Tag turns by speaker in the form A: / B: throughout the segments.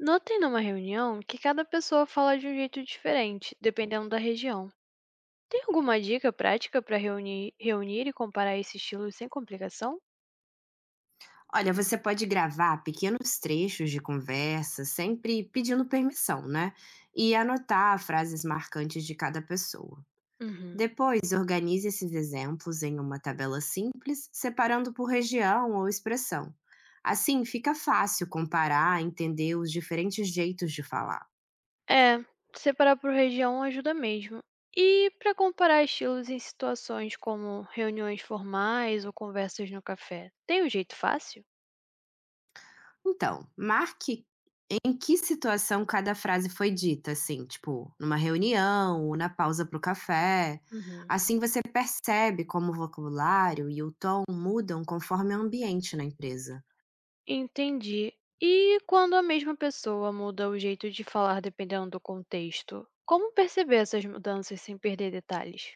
A: Notem numa reunião que cada pessoa fala de um jeito diferente, dependendo da região. Tem alguma dica prática para reunir e comparar esses estilos sem complicação?
B: Olha, você pode gravar pequenos trechos de conversa, sempre pedindo permissão, né? E anotar frases marcantes de cada pessoa.
A: Uhum.
B: Depois, organize esses exemplos em uma tabela simples, separando por região ou expressão. Assim, fica fácil comparar, entender os diferentes jeitos de falar.
A: É, separar por região ajuda mesmo. E para comparar estilos em situações como reuniões formais ou conversas no café, tem um jeito fácil?
B: Então, marque em que situação cada frase foi dita, assim, tipo, numa reunião ou na pausa para o café?
A: Uhum.
B: Assim você percebe como o vocabulário e o tom mudam conforme o ambiente na empresa.
A: Entendi. E quando a mesma pessoa muda o jeito de falar dependendo do contexto, como perceber essas mudanças sem perder detalhes?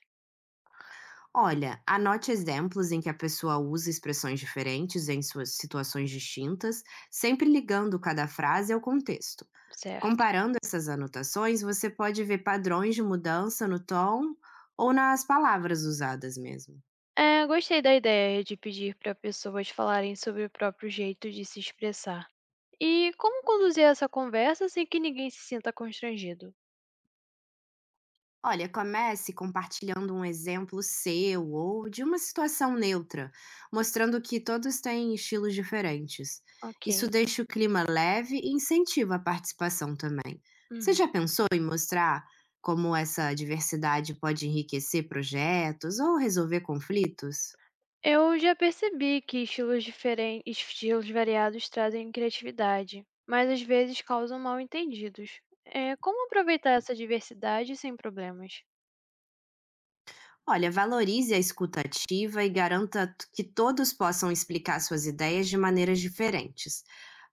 B: Olha, anote exemplos em que a pessoa usa expressões diferentes em suas situações distintas, sempre ligando cada frase ao contexto.
A: Certo.
B: Comparando essas anotações, você pode ver padrões de mudança no tom ou nas palavras usadas mesmo.
A: É, gostei da ideia de pedir para pessoas falarem sobre o próprio jeito de se expressar. E como conduzir essa conversa sem que ninguém se sinta constrangido?
B: Olha, comece compartilhando um exemplo seu ou de uma situação neutra, mostrando que todos têm estilos diferentes.
A: Ok.
B: Isso deixa o clima leve e incentiva a participação também. Você
A: Uhum.
B: já pensou em mostrar como essa diversidade pode enriquecer projetos ou resolver conflitos?
A: Eu já percebi que estilos variados trazem criatividade, mas às vezes causam mal-entendidos. É, como aproveitar essa diversidade sem problemas?
B: Olha, valorize a escuta ativa e garanta que todos possam explicar suas ideias de maneiras diferentes.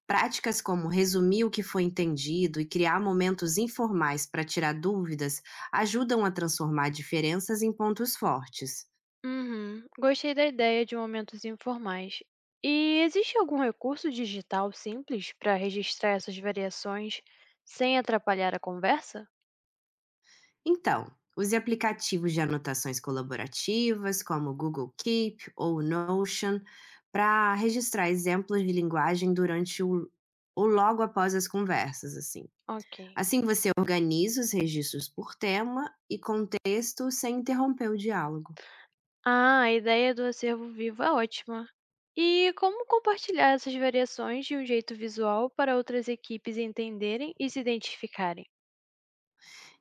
B: Práticas como resumir o que foi entendido e criar momentos informais para tirar dúvidas ajudam a transformar diferenças em pontos fortes.
A: Uhum. Gostei da ideia de momentos informais. E existe algum recurso digital simples para registrar essas variações sem atrapalhar a conversa?
B: Então, use aplicativos de anotações colaborativas, como o Google Keep ou o Notion, para registrar exemplos de linguagem durante o ou logo após as conversas, assim.
A: Ok.
B: Assim você organiza os registros por tema e contexto sem interromper o diálogo.
A: Ah, a ideia do acervo vivo é ótima. E como compartilhar essas variações de um jeito visual para outras equipes entenderem e se identificarem?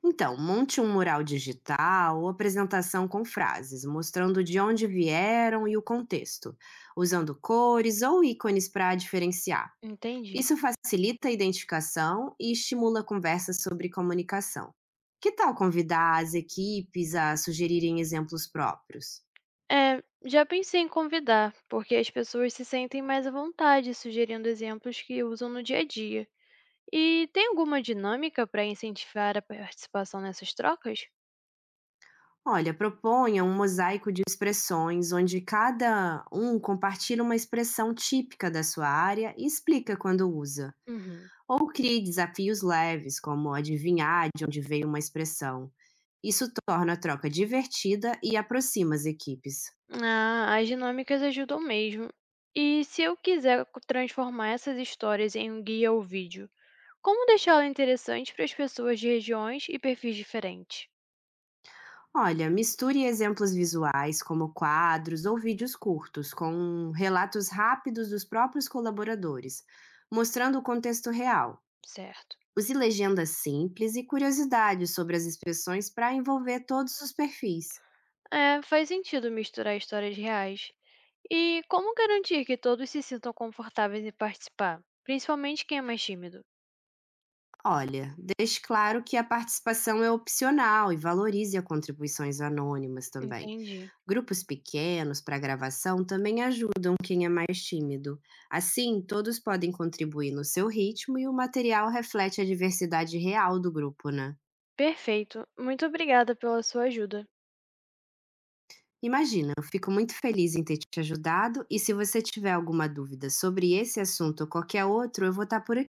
B: Então, monte um mural digital ou apresentação com frases, mostrando de onde vieram e o contexto, usando cores ou ícones para diferenciar.
A: Entendi.
B: Isso facilita a identificação e estimula conversas sobre comunicação. Que tal convidar as equipes a sugerirem exemplos próprios?
A: É, já pensei em convidar, porque as pessoas se sentem mais à vontade sugerindo exemplos que usam no dia a dia. E tem alguma dinâmica para incentivar a participação nessas trocas?
B: Olha, proponha um mosaico de expressões onde cada um compartilha uma expressão típica da sua área e explica quando usa.
A: Uhum.
B: Ou crie desafios leves, como adivinhar de onde veio uma expressão. Isso torna a troca divertida e aproxima as equipes.
A: Ah, as dinâmicas ajudam mesmo. E se eu quiser transformar essas histórias em um guia ou vídeo, como deixá-lo interessante para as pessoas de regiões e perfis diferentes?
B: Olha, misture exemplos visuais, como quadros ou vídeos curtos, com relatos rápidos dos próprios colaboradores, mostrando o contexto real.
A: Certo.
B: Use legendas simples e curiosidades sobre as expressões para envolver todos os perfis.
A: É, faz sentido misturar histórias reais. E como garantir que todos se sintam confortáveis em participar, principalmente quem é mais tímido?
B: Olha, deixe claro que a participação é opcional e valorize as contribuições anônimas também.
A: Entendi.
B: Grupos pequenos para gravação também ajudam quem é mais tímido. Assim, todos podem contribuir no seu ritmo e o material reflete a diversidade real do grupo, né?
A: Perfeito. Muito obrigada pela sua ajuda.
B: Imagina, eu fico muito feliz em ter te ajudado e se você tiver alguma dúvida sobre esse assunto ou qualquer outro, eu vou estar por